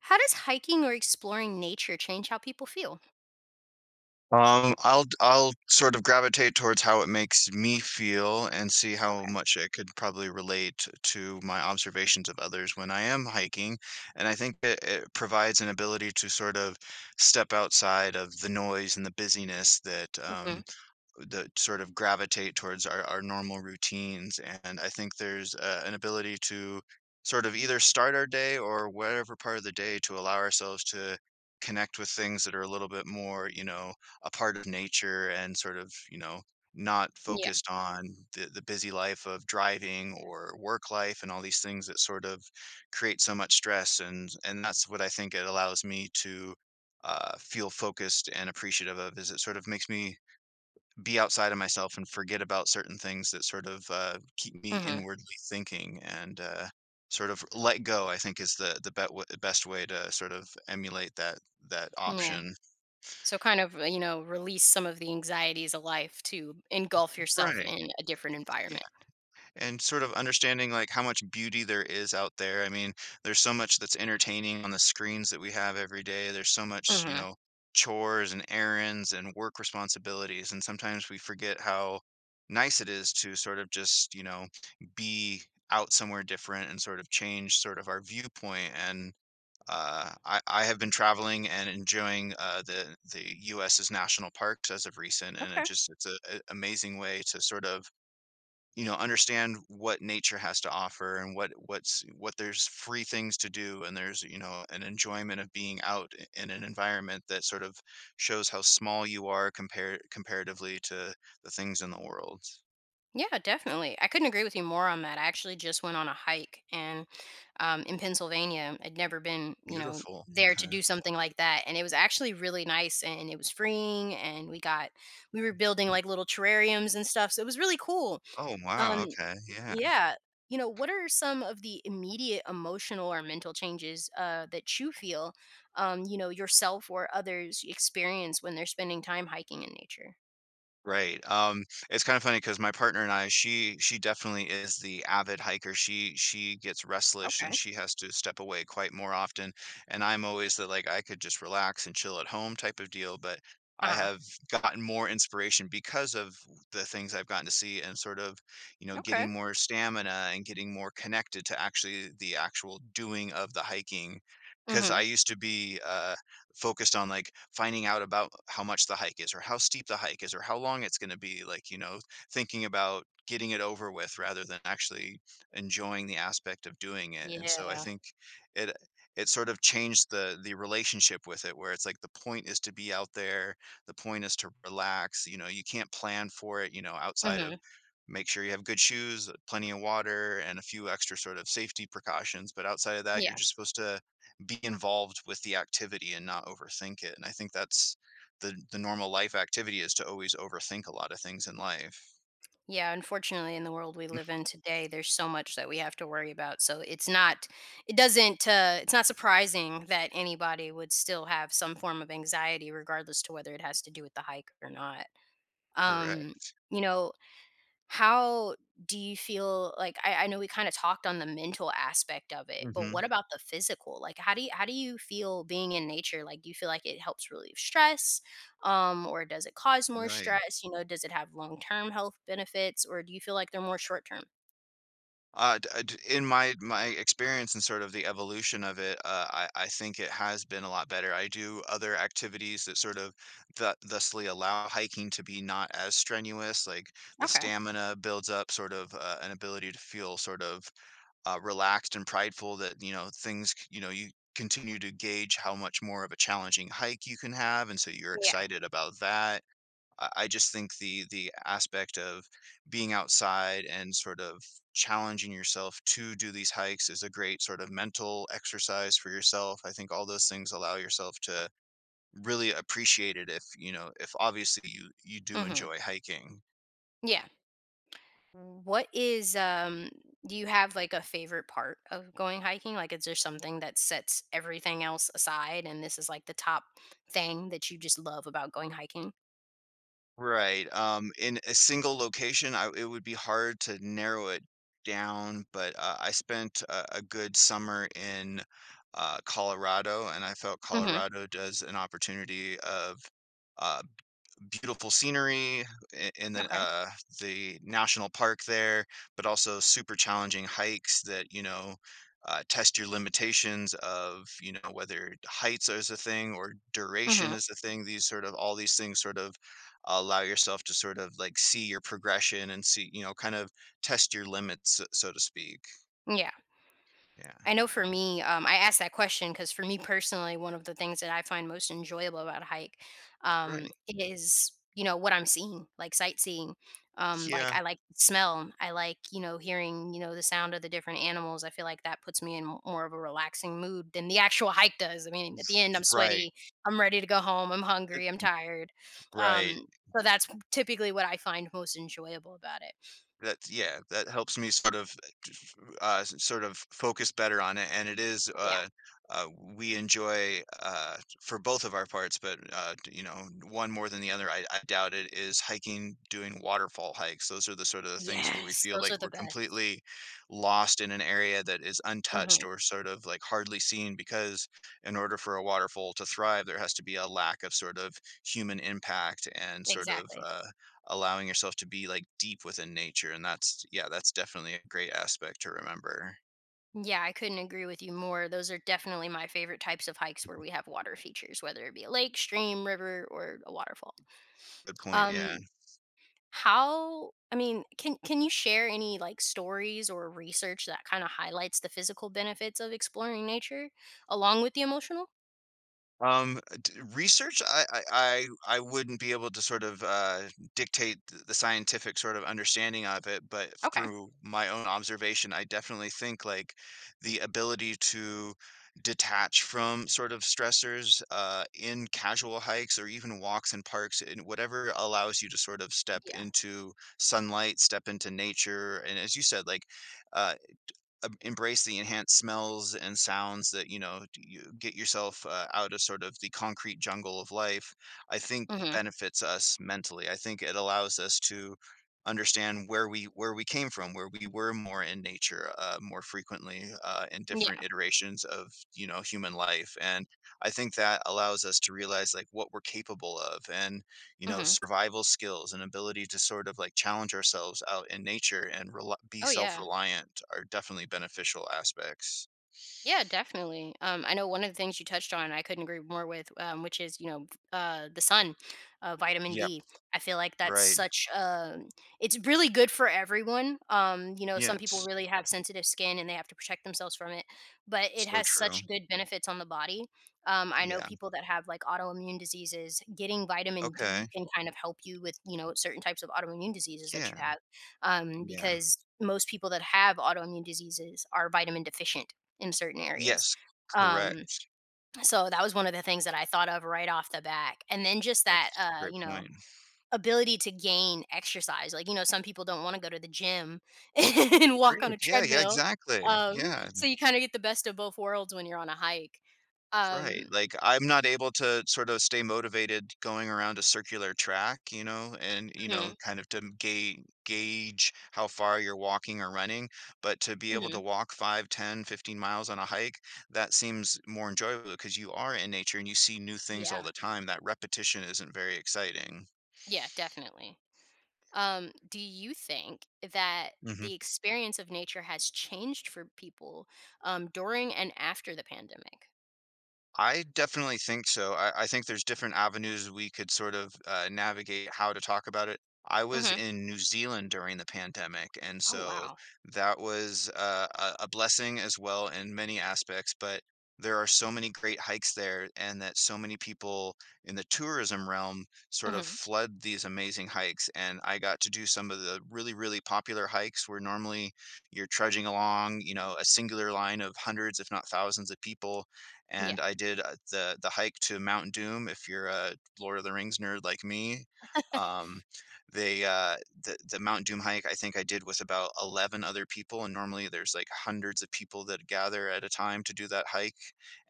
How does hiking or exploring nature change how people feel? I'll sort of gravitate towards how it makes me feel and see how much it could probably relate to my observations of others when I am hiking. And I think it provides an ability to sort of step outside of the noise and the busyness that um, Mhm. that sort of gravitate towards our normal routines. And I think there's an ability to sort of either start our day or whatever part of the day to allow ourselves to connect with things that are a little bit more, you know, a part of nature and sort of, you know, not Yeah. focused on the busy life of driving or work life and all these things that sort of create so much stress and that's what I think it allows me to feel focused and appreciative of is it sort of makes me be outside of myself and forget about certain things that sort of keep me Mhm. inwardly thinking and sort of let go, I think, is the best way to sort of emulate that Yeah. option. So kind of, you know, release some of the anxieties of life to engulf yourself Right. in a different Yeah. environment. And sort of understanding like how much beauty there is out there. I mean, there's so much that's entertaining on the screens that we have every day. There's so much, you Mhm. know, chores and errands and work responsibilities. And sometimes we forget how nice it is to sort of just, you know, be out somewhere different and sort of change sort of our viewpoint. And I have been traveling and enjoying the U.S.'s national parks as of recent, and it Okay. just it's a amazing way to sort of, you know, understand what nature has to offer and what there's free things to do and there's, you know, an enjoyment of being out in an environment that sort of shows how small you are compared comparatively to the things in the world. Yeah, definitely. I couldn't agree with you more on that. I actually just went on a hike and in Pennsylvania. I'd never been, you know, Beautiful. there to Okay. do something like that. And it was actually really nice and it was freeing. And we got, we were building like little terrariums and stuff. So it was really cool. Oh, Um, wow. Okay. Yeah. yeah. You know, what are some of the immediate emotional or mental changes that you feel, you know, yourself or others experience when they're spending time hiking in nature? Right, it's kinda funny because my partner and I, she definitely is the avid hiker, she gets restless and Okay. she has to step away quite more often, and I'm always the, like, I could just relax and chill at home type of deal, but Uh I huh. have gotten more inspiration because of the things I've gotten to see and sort of, you know, Okay. getting more stamina and getting more connected to actually the actual doing of the hiking. Because I Mm-hmm. used to be focused on like finding out about how much the hike is or how steep the hike is or how long it's going to be, like, you know, thinking about getting it over with rather than actually enjoying the aspect of doing it. And so I Yeah. think it it sort of changed the relationship with it, where it's like the point is to be out there, the point is to relax. You know, you can't plan for it, you know, outside of, Mm-hmm. make sure you have good shoes, plenty of water, and a few extra sort of safety precautions, but outside of that, you're Yeah. just supposed to be involved with the activity and not overthink it, and I think that's the normal life activity is to always overthink a lot of things in life. Yeah. Unfortunately, in the world we live in today, there's so much that we have to worry about. So it's not, it doesn't, it's not surprising that anybody would still have some form of anxiety, regardless to whether it has to do with the hike or not. um Correct. you know how do you feel like I know we kind of talked on the mental aspect of it, but Mhm. what about the physical? Like how do you feel being in nature? Like do you feel like it helps relieve stress or does it cause more Right. stress? You know, does it have long-term health benefits, or do you feel like they're more short-term? D d In my experience and sort of the evolution of it, I think it has been a lot better. I do other activities that sort of th thusly allow hiking to be not as strenuous, like the Okay. stamina builds up sort of an ability to feel sort of relaxed and prideful that, you know, things, you know, you continue to gauge how much more of a challenging hike you can have, and so you're Yeah. excited about that. I just think the aspect of being outside and sort of challenging yourself to do these hikes is a great sort of mental exercise for yourself. I think all those things allow yourself to really appreciate it if, you know, if obviously you do Mm-hmm. enjoy hiking. Yeah. What is do you have like a favorite part of going hiking? Like is there something that sets everything else aside and this is like the top thing that you just love about going hiking? Right, in a single location, I it would be hard to narrow it down, but, I spent a good summer in, Colorado, and I felt Mhm. Colorado does an opportunity of, uh, beautiful scenery in Okay. The national park there, but also super challenging hikes that, you know, test your limitations of, you know, whether heights is a thing or duration Mhm. is a thing. These sort of all these things sort of allow yourself to sort of like see your progression and see, you know, kind of test your limits, so so to speak. Yeah. Yeah. I know for me, I asked that question because for me personally, one of the things that I find most enjoyable about a hike Right. is, you know, what I'm seeing, like sightseeing. Like Yeah. I like the smell. I like, you know, hearing, you know, the sound of the different animals. I feel like that puts me in more of a relaxing mood than the actual hike does. I mean, at the end, I'm Right. sweaty. I'm ready to go home. I'm hungry. I'm tired. Right. Um, so that's typically what I find most enjoyable about it. That's, yeah, that helps me sort of focus better on it, and it is, Yeah. Uh, we enjoy, for both of our parts, but, you know, one more than the other, I doubt it, is hiking, doing waterfall hikes. Those are the sort of the things where we Yes. feel Those like are the we're best. completely lost in an area that is untouched Hmm. or sort of, like, hardly seen because in order for a waterfall to thrive, there has to be a lack of sort of human impact and sort of, Exactly. Allowing yourself to be like deep within nature, and that's, yeah, that's definitely a great aspect to remember. Yeah, I couldn't agree with you more. Those are definitely my favorite types of hikes where we have water features, whether it be a lake, stream, river, or a waterfall. Good point. Um, Yeah. how I mean, can you share any like stories or research that kind of highlights the physical benefits of exploring nature along with the emotional? D Research, I wouldn't be able to sort of, dictate th the scientific sort of understanding of it, but Okay. through my own observation, I definitely think, like, the ability to detach from sort of stressors, in casual hikes or even walks in parks and whatever, allows you to sort of step Yeah. into sunlight, step into nature, and as you said, like, uh embrace the enhanced smells and sounds that, you know, d you get yourself, out of sort of the concrete jungle of life. I think Mhm. benefits us mentally. I think it allows us to understand where we came from, where we were more in nature, more frequently, in different Yeah. iterations of, you know, human life, and I think that allows us to realize, like, what we're capable of, and, you know, Mhm. survival skills and ability to sort of like challenge ourselves out in nature and rel be Oh yeah. self-reliant are definitely beneficial aspects. Yeah, definitely. I know one of the things you touched on, I couldn't agree more with, which is the sun, vitamin Yep, D. I feel like that's right. such a it's really good for everyone. You know, some people Yes. really have sensitive skin and they have to protect themselves from it, but it So has true. such good benefits on the body. I know Yeah. people that have like autoimmune diseases. Getting vitamin Okay. D can kind of help you with you know certain types of autoimmune diseases that Yeah. you have, Yeah. because most people that have autoimmune diseases are vitamin deficient in certain areas. Yes. Um, Correct. so that was one of the things that I thought of right off the back. And then just that, That's a great you know, point. ability to gain exercise. Like, you know, some people don't want to go to the gym and walk Great. on a Yeah. Yeah. treadmill. Exactly. Um, Yeah. so you kind of get the best of both worlds when you're on a hike. Right, Um, like, I'm not able to sort of stay motivated going around a circular track, you know, and, you know, mhm, kind of to ga gauge how far you're walking or running, but to be able to mhm, walk 5, 10, 15 miles on a hike, that seems more enjoyable because you are in nature and you see new things all yeah, the time, that repetition isn't very exciting. yeah, definitely. Do you think that Mhm. the experience of nature has changed for people during and after the pandemic? I definitely think so. I think there's different avenues we could sort of navigate how to talk about it. I was Hmm. in New Zealand during the pandemic, and Oh, so wow. that was a blessing as well in many aspects. But there are so many great hikes there, and that so many people in the tourism realm sort of flood these amazing hikes. And I got to do some of the really, really popular hikes where normally you're trudging along, you know, a singular line of hundreds, if not thousands of people, Yeah. and I did the hike to Mount Doom. If you're a Lord of the Rings nerd like me, um, they uh, the the Mount Doom hike I think I did with about 11 other people, and normally there's like hundreds of people that gather at a time to do that hike,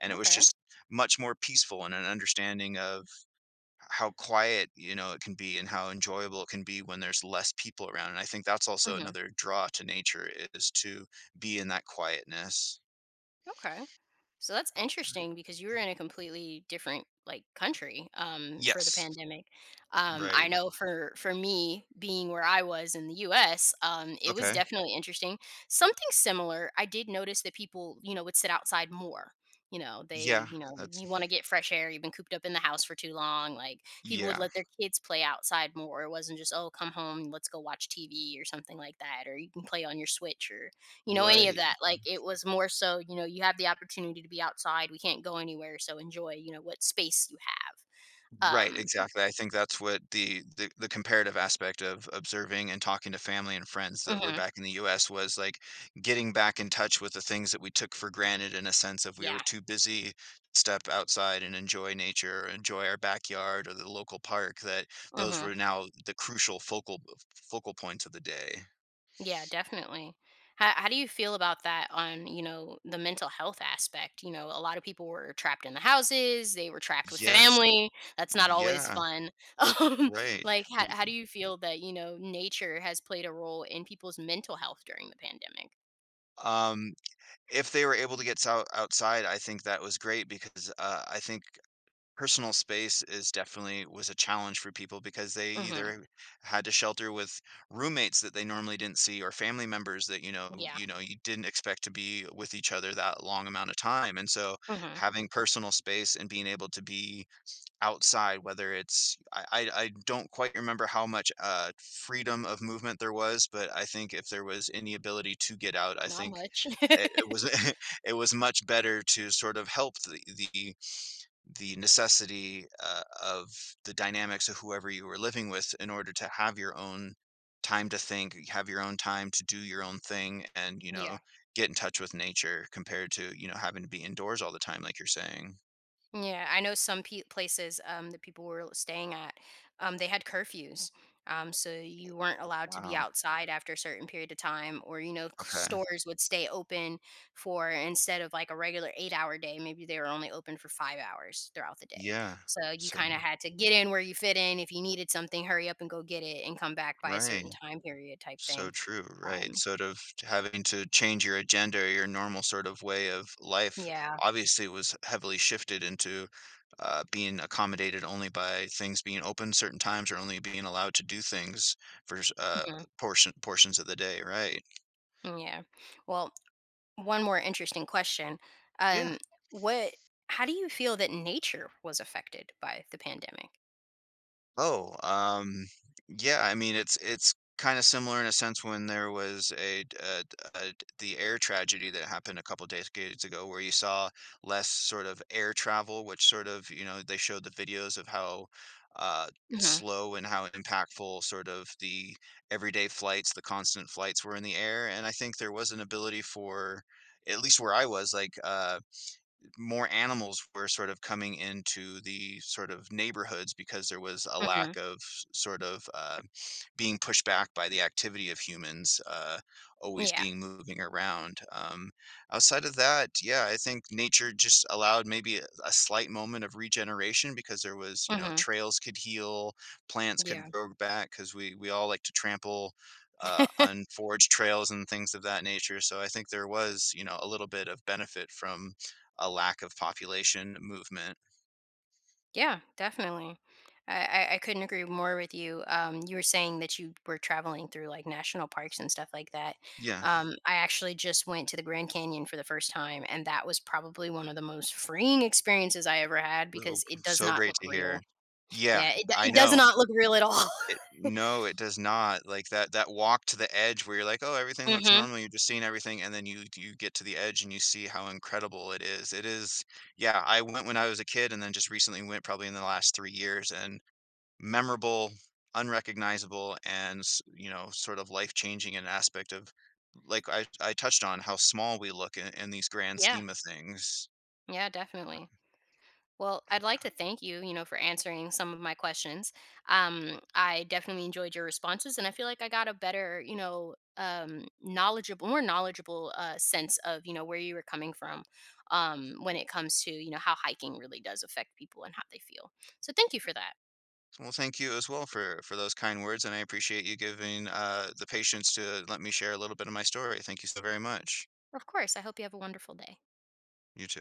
and it was Okay. just much more peaceful and an understanding of how quiet, you know, it can be and how enjoyable it can be when there's less people around. And I think that's also Hmm. another draw to nature is to be in that quietness. Okay. So that's interesting because you were in a completely different like country for the Yes. pandemic. I Right. know for me being where I was in the U.S., it was Okay. definitely interesting. Something similar. I did notice that people, you know, would sit outside more. You know, they, Yeah, you know, that's, you want to get fresh air. You've been cooped up in the house for too long. Like people would yeah, let their kids play outside more. It wasn't just, oh, come home, let's go watch TV or something like that, or you can play on your Switch or you know, any of right, that, like, it was more so, you know, you have the opportunity to be outside, we can't go anywhere, so enjoy, you know, what space you have. right, exactly. I think that's what the comparative aspect of observing and talking to family and friends that were Mhm, back in the US was like getting back in touch with the things that we took for granted in a sense of, we were yeah, too busy to step outside and enjoy nature, or enjoy our backyard or the local park, that those mhm, were now the crucial focal points of the day. yeah, definitely. How do you feel about that on, you know, the mental health aspect? You know, a lot of people were trapped in the houses, they were trapped with Yes. family, that's not always Yeah, fun. Um, right. like, how We, how do you feel that, you know, nature has played a role in people's mental health during the pandemic? um If they were able to get sou outside, I think that was great because, I think personal space is definitely was a challenge for people because they Mhm, either had to shelter with roommates that they normally didn't see or family members that, yeah, you know, you didn't expect to be with each other that long amount of time, and so mhm, having personal space and being able to be outside, whether it's, I don't quite remember how much, freedom of movement there was, but I think if there was any ability to get out, I not think much. It was it was much better to sort of help the the necessity, of the dynamics of whoever you were living with in order to have your own time to think, have your own time to do your own thing and, you know, Yeah. get in touch with nature compared to, you know, having to be indoors all the time like you're saying. Yeah, I know some places that people were staying at, they had curfews. So you weren't allowed to be Wow, outside after a certain period of time, or, you know, okay. stores would stay open for instead of like a regular 8 hour day, maybe they were only open for 5 hours throughout the day. Yeah. So you So kind of had to get in where you fit in. If you needed something, hurry up and go get it and come back by a certain right. time period type So thing. true, right. Um, Sort of having to change your agenda, or your normal sort of way of life yeah. obviously was heavily shifted into being accommodated only by things being open certain times or only being allowed to do things for Mhm, portions of the day, right? yeah. Well, one more interesting question. Yeah. Um, what how do you feel that nature was affected by the pandemic? Oh, yeah, I mean, it's kind of similar in a sense when there was a, the air tragedy that happened a couple decades ago, where you saw less sort of air travel, which sort of, you know, they showed the videos of how uh, Mhm. slow and how impactful sort of the everyday flights, the constant flights were in the air. And I think there was an ability for, at least where I was, like, more animals were sort of coming into the sort of neighborhoods because there was a lack Mhm. of sort of being pushed back by the activity of humans, always Yeah. being moving around. Outside of that, yeah, I think nature just allowed maybe a slight moment of regeneration because there was, you know, Mhm. trails could heal, plants could Yeah. grow back because we all like to trample on forage trails and things of that nature. So I think there was, you know, a little bit of benefit from a lack of population movement. Yeah, definitely. I, I couldn't agree more with you. You were saying that you were traveling through like national parks and stuff like that. Yeah, I actually just went to the Grand Canyon for the first time, and that was probably one of the most freeing experiences I ever had so because it does so not great look to hear. real. Yeah, Yeah, it, I it does know. not look real at all. It, no, it does not. Like that walk to the edge where you're like, "Oh, everything looks Hmm. normal." You're just seeing everything, and then you get to the edge and you see how incredible it is. It is, yeah, I went when I was a kid and then just recently went probably in the last 3 years, and memorable, unrecognizable, and, s you know, sort of life-changing. An aspect of, like, I touched on how small we look in these grand Yeah. scheme of things. Yeah, definitely. Well, I'd like to thank you, you know, for answering some of my questions. I definitely enjoyed your responses, and I feel like I got a better, you know, more knowledgeable sense of, you know, where you were coming from when it comes to, you know, how hiking really does affect people and how they feel. So thank you for that. Well, thank you as well for those kind words, and I appreciate you giving the patience to let me share a little bit of my story. Thank you so very much. Of course. I hope you have a wonderful day. You too.